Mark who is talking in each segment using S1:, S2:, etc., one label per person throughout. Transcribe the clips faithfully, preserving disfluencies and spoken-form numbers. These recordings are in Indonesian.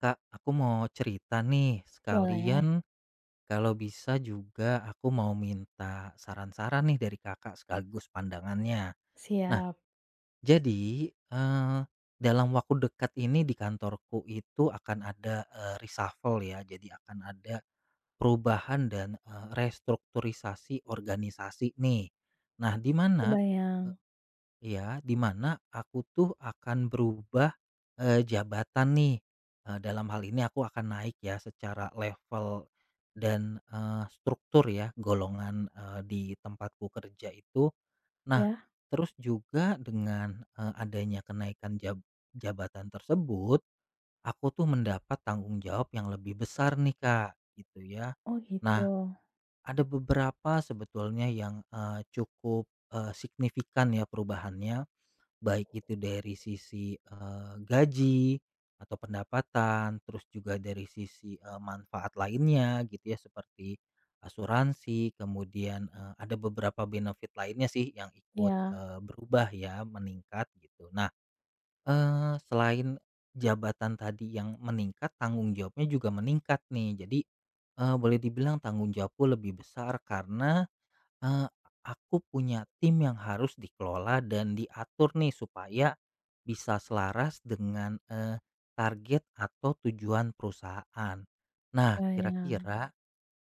S1: Kak, aku mau cerita nih.
S2: Boleh,
S1: Sekalian kalau bisa juga aku mau minta saran-saran nih dari Kakak sekaligus pandangannya. Nah,
S2: siap,
S1: jadi, eee, dalam waktu dekat ini di kantorku itu akan ada, eee, reshuffle ya. Jadi akan ada perubahan dan, eee, restrukturisasi organisasi nih. Nah, di mana
S2: kebayang.
S1: iya, di mana aku tuh akan berubah, eee, jabatan nih, eee, dalam hal ini aku akan naik ya secara level dan, eee, struktur ya golongan, eee, di tempatku kerja itu. Nah,
S2: Ya?
S1: terus juga dengan, eee, adanya kenaikan jab jabatan tersebut, aku tuh mendapat tanggung jawab yang lebih besar nih, Kak, gitu ya.
S2: Oh gitu.
S1: Nah, ada beberapa sebetulnya yang, eee, cukup, eee, signifikan ya perubahannya. Baik itu dari sisi, eee, gaji atau pendapatan, terus juga dari sisi, eee, manfaat lainnya gitu ya seperti asuransi, kemudian, eee, ada beberapa benefit lainnya sih yang ikut,
S2: Ya,
S1: eee, berubah ya, meningkat gitu. Nah, eee, selain jabatan tadi yang meningkat, tanggung jawabnya juga meningkat nih. Jadi, eee, boleh dibilang tanggung jawabku lebih besar karena, eee, aku punya tim yang harus dikelola dan diatur nih supaya bisa selaras dengan, eee, target atau tujuan perusahaan. Nah,
S2: kebayang.
S1: kira-kira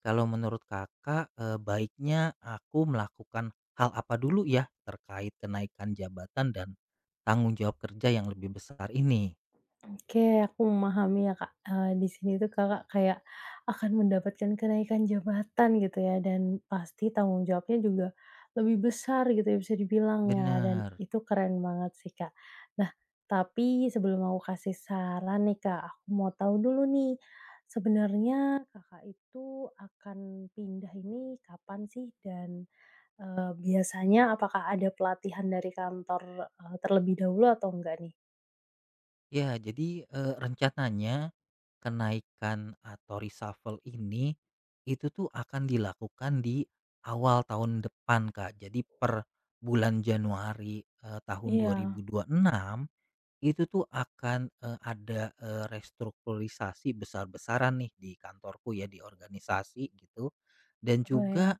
S1: kalau menurut Kakak, eee, baiknya aku melakukan hal apa dulu ya terkait kenaikan jabatan dan tanggung jawab kerja yang lebih besar ini?
S2: Oke, aku memahami ya Kak, eee, di sini tuh Kakak kayak akan mendapatkan kenaikan jabatan gitu ya, dan pasti tanggung jawabnya juga lebih besar gitu ya, bisa dibilang ya, dan
S1: Benar.
S2: itu keren banget sih Kak. Nah, tapi sebelum aku kasih saran nih Kak, aku mau tahu dulu nih, sebenarnya Kakak itu akan pindah ini kapan sih? Dan Eee, biasanya apakah ada pelatihan dari kantor, eee, terlebih dahulu atau enggak nih?
S1: Ya, jadi, eee, rencananya kenaikan atau reshuffle ini, itu tuh akan dilakukan di awal tahun depan, Kak. Jadi per bulan Januari, eee, tahun dua
S2: Iya,
S1: ribu dua puluh enam. Itu tuh akan, eee, ada, eee, restrukturisasi besar-besaran nih di kantorku ya, di organisasi gitu. Dan
S2: kebayang.
S1: juga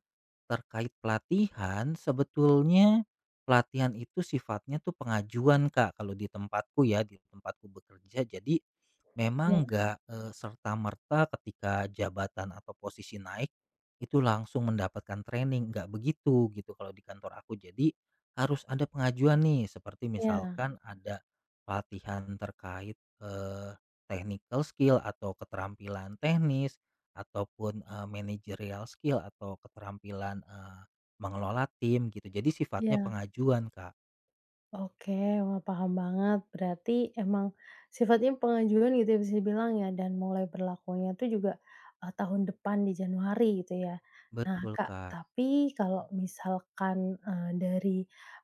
S1: terkait pelatihan, sebetulnya pelatihan itu sifatnya tuh pengajuan Kak, kalau di tempatku ya, di tempatku bekerja. Jadi
S2: Iya,
S1: memang nggak, eee, serta-merta ketika jabatan atau posisi naik, itu langsung mendapatkan training, nggak begitu gitu kalau di kantor aku. Jadi harus ada pengajuan nih, seperti
S2: iya,
S1: misalkan ada pelatihan terkait, eee, technical skill atau keterampilan teknis, ataupun, eee, managerial skill atau keterampilan, eee, mengelola tim gitu. Jadi sifatnya
S2: iya.
S1: pengajuan, Kak.
S2: Oke, wah paham banget. Berarti emang sifatnya pengajuan gitu ya, bisa dibilang ya, dan mulai berlakunya itu juga, eee, tahun depan di Januari gitu ya. Nah
S1: Betul,
S2: Kak,
S1: Kak.
S2: tapi kalau misalkan, eee, dari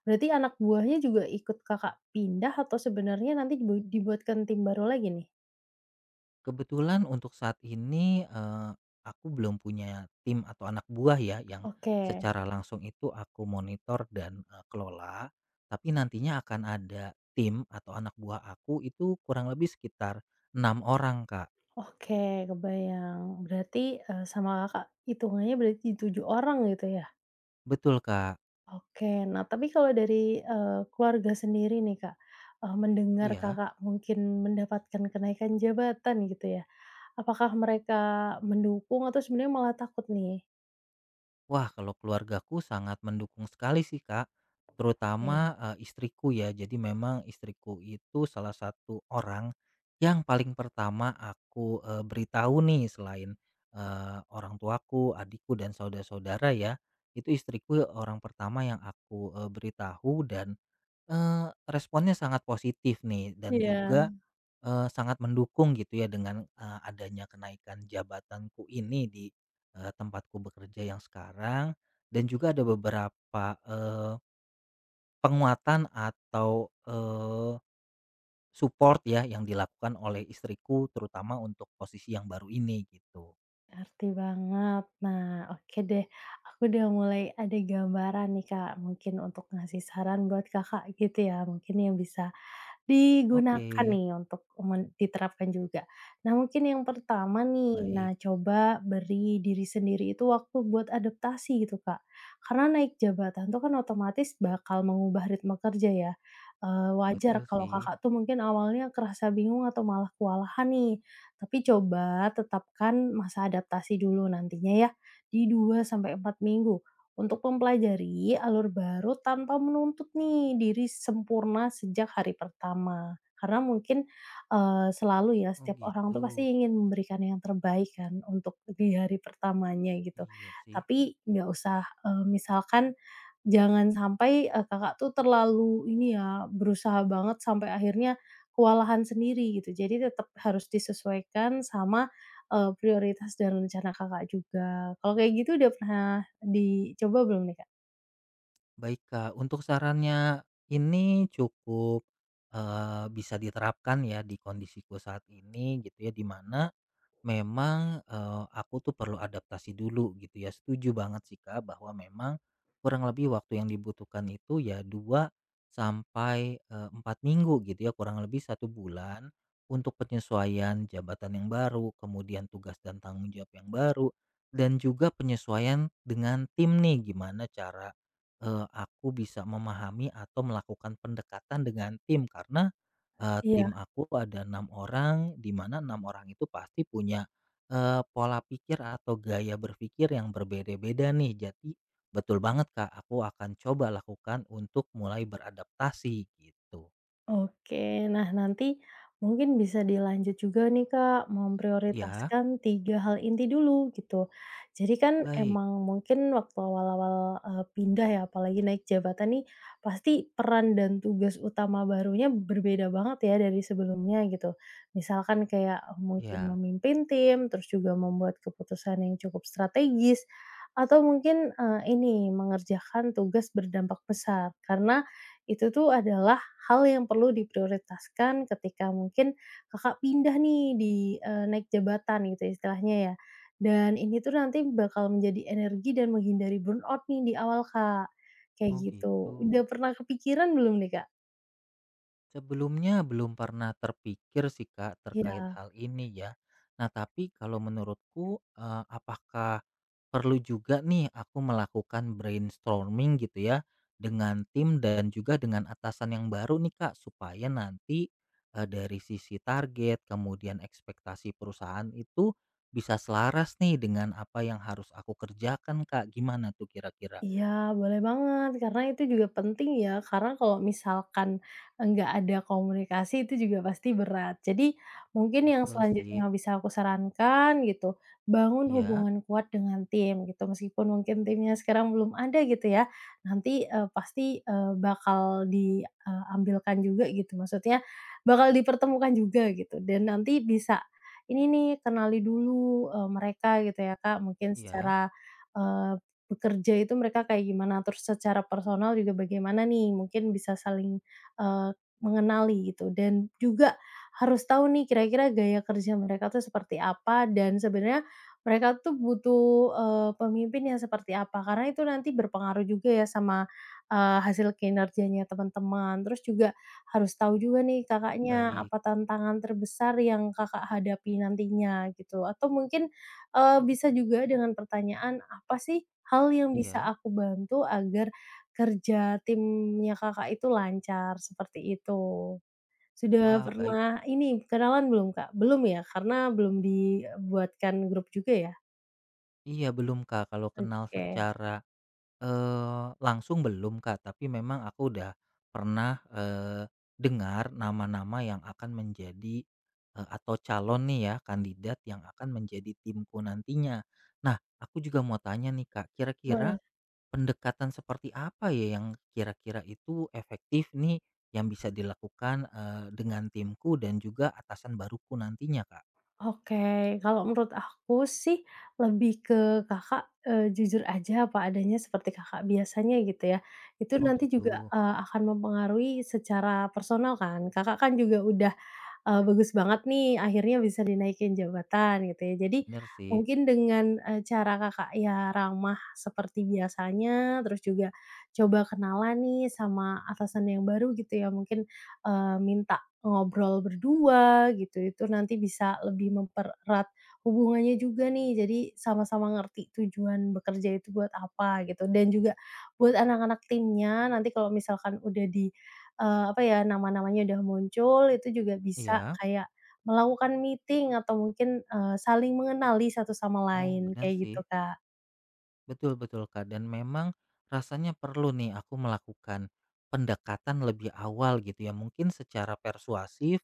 S2: berarti anak buahnya juga ikut Kakak pindah, atau sebenarnya nanti dibu dibuatkan tim baru lagi nih?
S1: Kebetulan untuk saat ini, eee, aku belum punya tim atau anak buah ya yang
S2: Oke.
S1: secara langsung itu aku monitor dan, eee, kelola. Tapi nantinya akan ada tim atau anak buah aku itu kurang lebih sekitar enam orang, Kak.
S2: Oke, kebayang. Berarti, eee, sama Kakak hitungannya berarti tujuh orang gitu ya?
S1: Betul, Kak.
S2: Oke, nah tapi kalau dari, eee, keluarga sendiri nih Kak, eee, mendengar
S1: Iya.
S2: Kakak mungkin mendapatkan kenaikan jabatan gitu ya, apakah mereka mendukung atau sebenarnya malah takut nih?
S1: Wah, kalau keluargaku sangat mendukung sekali sih, Kak.
S2: Oke.
S1: Terutama, eee, istriku ya. Jadi memang istriku itu salah satu orang yang paling pertama aku, eee, beritahu nih selain, eee, orang tuaku, adikku, dan saudara-saudara ya. Itu istriku orang pertama yang aku, eee, beritahu dan, eee, responnya sangat positif nih dan
S2: Iya,
S1: juga Eee, sangat mendukung gitu ya dengan, eee, adanya kenaikan jabatanku ini di, eee, tempatku bekerja yang sekarang dan juga ada beberapa, eee, penguatan atau, eee, support ya yang dilakukan oleh istriku terutama untuk posisi yang baru ini gitu.
S2: ngerti banget. Nah, oke deh, aku udah mulai ada gambaran nih Kak, mungkin untuk ngasih saran buat Kakak gitu ya, mungkin yang bisa
S1: Oke,
S2: digunakan nih untuk men diterapkan juga. Nah mungkin yang pertama nih,
S1: baik,
S2: nah coba beri diri sendiri itu waktu buat adaptasi gitu Kak. Karena naik jabatan tuh kan otomatis bakal mengubah ritme kerja ya, eee, wajar
S1: betul
S2: kalau
S1: sih.
S2: Kakak tuh mungkin awalnya kerasa bingung atau malah kewalahan nih. Tapi coba tetapkan masa adaptasi dulu nantinya ya, di dua sampai empat minggu untuk mempelajari alur baru tanpa menuntut nih diri sempurna sejak hari pertama. Karena mungkin, eee, selalu ya
S1: Oh
S2: setiap orang tuh pasti
S1: gitu,
S2: ingin memberikan yang terbaik kan untuk di hari pertamanya gitu.
S1: iya sih.
S2: Tapi nggak usah, eee, misalkan jangan sampai, eee, Kakak tuh terlalu ini ya, berusaha banget sampai akhirnya kewalahan sendiri gitu. Jadi tetap harus disesuaikan sama, eee, prioritas dan rencana Kakak juga. Kalau kayak gitu udah pernah dicoba belum nih, Kak?
S1: Baik Kak, untuk sarannya ini cukup, eee, bisa diterapkan ya di kondisiku saat ini gitu ya, di mana, memang, eee, aku tuh perlu adaptasi dulu gitu ya, setuju banget sih, Kak, bahwa memang kurang lebih waktu yang dibutuhkan itu ya dua sampai, eee, empat minggu gitu ya, kurang lebih satu bulan untuk penyesuaian jabatan yang baru, kemudian tugas dan tanggung jawab yang baru, dan juga penyesuaian dengan tim nih, gimana cara, eee, aku bisa memahami atau melakukan pendekatan dengan tim. Karena Eee, tim
S2: Iya.
S1: aku ada enam orang, di mana enam orang itu pasti punya, eee, pola pikir atau gaya berpikir yang berbeda-beda nih. Jadi betul banget, Kak, aku akan coba lakukan untuk mulai beradaptasi gitu.
S2: Oke. Nah, nanti mungkin bisa dilanjut juga nih, Kak,
S1: Ya,
S2: memprioritaskan tiga hal inti dulu gitu. Jadi kan
S1: baik.
S2: emang mungkin waktu awal-awal, eee, pindah ya, apalagi naik jabatan nih, pasti peran dan tugas utama barunya berbeda banget ya dari sebelumnya gitu. Misalkan kayak mungkin
S1: Ya.
S2: memimpin tim, terus juga membuat keputusan yang cukup strategis, atau mungkin, eee, ini mengerjakan tugas berdampak besar. Karena itu tuh adalah hal yang perlu diprioritaskan ketika mungkin Kakak pindah nih di, eee, naik jabatan gitu istilahnya ya. Dan ini tuh nanti bakal menjadi energi dan menghindari burnout nih di awal, Kak, kayak
S1: Oh,
S2: gitu.
S1: gitu.
S2: Udah pernah kepikiran belum nih, Kak?
S1: Sebelumnya belum pernah terpikir sih Kak terkait
S2: Ya.
S1: hal ini ya. Nah tapi kalau menurutku, eee, apakah perlu juga nih aku melakukan brainstorming gitu ya, dengan tim dan juga dengan atasan yang baru nih Kak supaya nanti, eee, dari sisi target kemudian ekspektasi perusahaan itu bisa selaras nih dengan apa yang harus aku kerjakan Kak, gimana tuh kira-kira?
S2: Iya, boleh banget, karena itu juga penting ya, karena kalau misalkan nggak ada komunikasi itu juga pasti berat. Jadi, mungkin yang
S1: Betul sih.
S2: selanjutnya bisa aku sarankan gitu, bangun
S1: Iya
S2: hubungan kuat dengan tim gitu, meskipun mungkin timnya sekarang belum ada gitu ya, nanti, eee, pasti, eee, bakal diambilkan juga gitu, maksudnya bakal dipertemukan juga gitu dan nanti bisa ini nih kenali dulu, eee, mereka gitu ya Kak, mungkin
S1: iya,
S2: secara, eee bekerja itu mereka kayak gimana, terus secara personal juga bagaimana nih, mungkin bisa saling, eee, mengenali gitu dan juga harus tahu nih kira-kira gaya kerja mereka tuh seperti apa dan sebenarnya mereka tuh butuh, eee, pemimpin yang seperti apa, karena itu nanti berpengaruh juga ya sama, eee, hasil kinerjanya teman-teman. Terus juga harus tahu juga nih Kakaknya,
S1: baik,
S2: apa tantangan terbesar yang Kakak hadapi nantinya gitu, atau mungkin Eee, bisa juga dengan pertanyaan, apa sih hal yang bisa
S1: iya.
S2: aku bantu agar kerja timnya Kakak itu lancar, seperti itu. Sudah
S1: Wah baik.
S2: pernah ini, kenalan belum, Kak? Belum ya? Karena belum dibuatkan grup juga ya?
S1: Iya belum, Kak, kalau kenal
S2: Oke,
S1: secara, eee, langsung belum, Kak, tapi memang aku udah pernah, eee, dengar nama-nama yang akan menjadi, eee, atau calon nih ya kandidat yang akan menjadi timku nantinya. Nah, aku juga mau tanya nih, Kak, kira-kira
S2: boleh.
S1: pendekatan seperti apa ya yang kira-kira itu efektif nih yang bisa dilakukan, eee, dengan timku dan juga atasan baruku nantinya, Kak?
S2: Oke, kalau menurut aku sih lebih ke Kakak, eee, jujur aja apa adanya seperti Kakak biasanya gitu ya. Itu
S1: Oh
S2: nanti juga,
S1: gitu,
S2: eee, akan mempengaruhi secara personal kan, Kakak kan juga udah eee, bagus banget nih akhirnya bisa dinaikin jabatan gitu ya. Jadi
S1: bener sih.
S2: mungkin dengan, eee, cara Kakak ya ramah seperti biasanya, terus juga coba kenalan nih sama atasan yang baru gitu ya, mungkin, eee, minta ngobrol berdua gitu, itu nanti bisa lebih mempererat hubungannya juga nih, jadi sama-sama ngerti tujuan bekerja itu buat apa gitu, dan juga buat anak-anak timnya nanti kalau misalkan udah di eee, apa ya, nama-namanya udah muncul, itu juga bisa
S1: Iya,
S2: kayak melakukan meeting atau mungkin, eee, saling mengenali satu sama
S1: oh
S2: lain,
S1: bener
S2: kayak gitu,
S1: sih.
S2: Kak.
S1: Betul betul, Kak, dan memang rasanya perlu nih aku melakukan pendekatan lebih awal gitu ya. Mungkin secara persuasif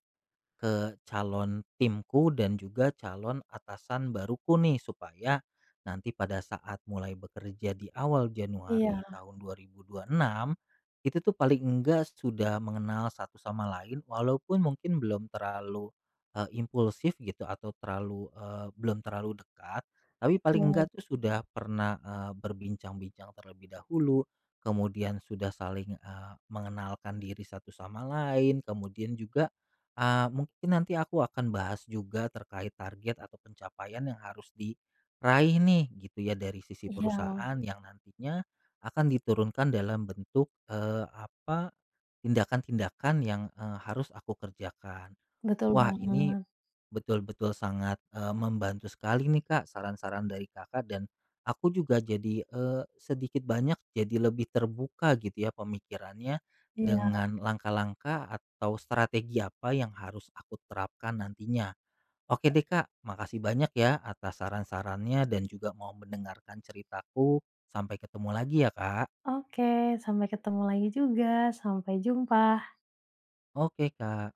S1: ke calon timku dan juga calon atasan baruku nih supaya nanti pada saat mulai bekerja di awal Januari
S2: Iya,
S1: tahun dua ribu dua puluh enam itu tuh paling enggak sudah mengenal satu sama lain walaupun mungkin belum terlalu eh, impulsif gitu atau terlalu eh, belum terlalu dekat tapi paling
S2: betul.
S1: enggak tuh sudah pernah eh, berbincang-bincang terlebih dahulu kemudian sudah saling eh, mengenalkan diri satu sama lain kemudian juga Ah, mungkin nanti aku akan bahas juga terkait target atau pencapaian yang harus diraih nih gitu ya dari sisi
S2: Iya,
S1: perusahaan yang nantinya akan diturunkan dalam bentuk eh, apa tindakan-tindakan yang eh, harus aku kerjakan.
S2: betul
S1: Wah, ini
S2: banget.
S1: betul-betul sangat, eee, membantu sekali nih, Kak, saran-saran dari Kakak dan aku juga jadi, eee, sedikit banyak jadi lebih terbuka gitu ya pemikirannya
S2: Iya.
S1: dengan langkah-langkah atau strategi apa yang harus aku terapkan nantinya. Oke deh, Kak, makasih banyak ya atas saran-sarannya dan juga mau mendengarkan ceritaku. Sampai ketemu lagi ya, Kak.
S2: Oke, sampai ketemu lagi juga, sampai jumpa.
S1: Oke, Kak.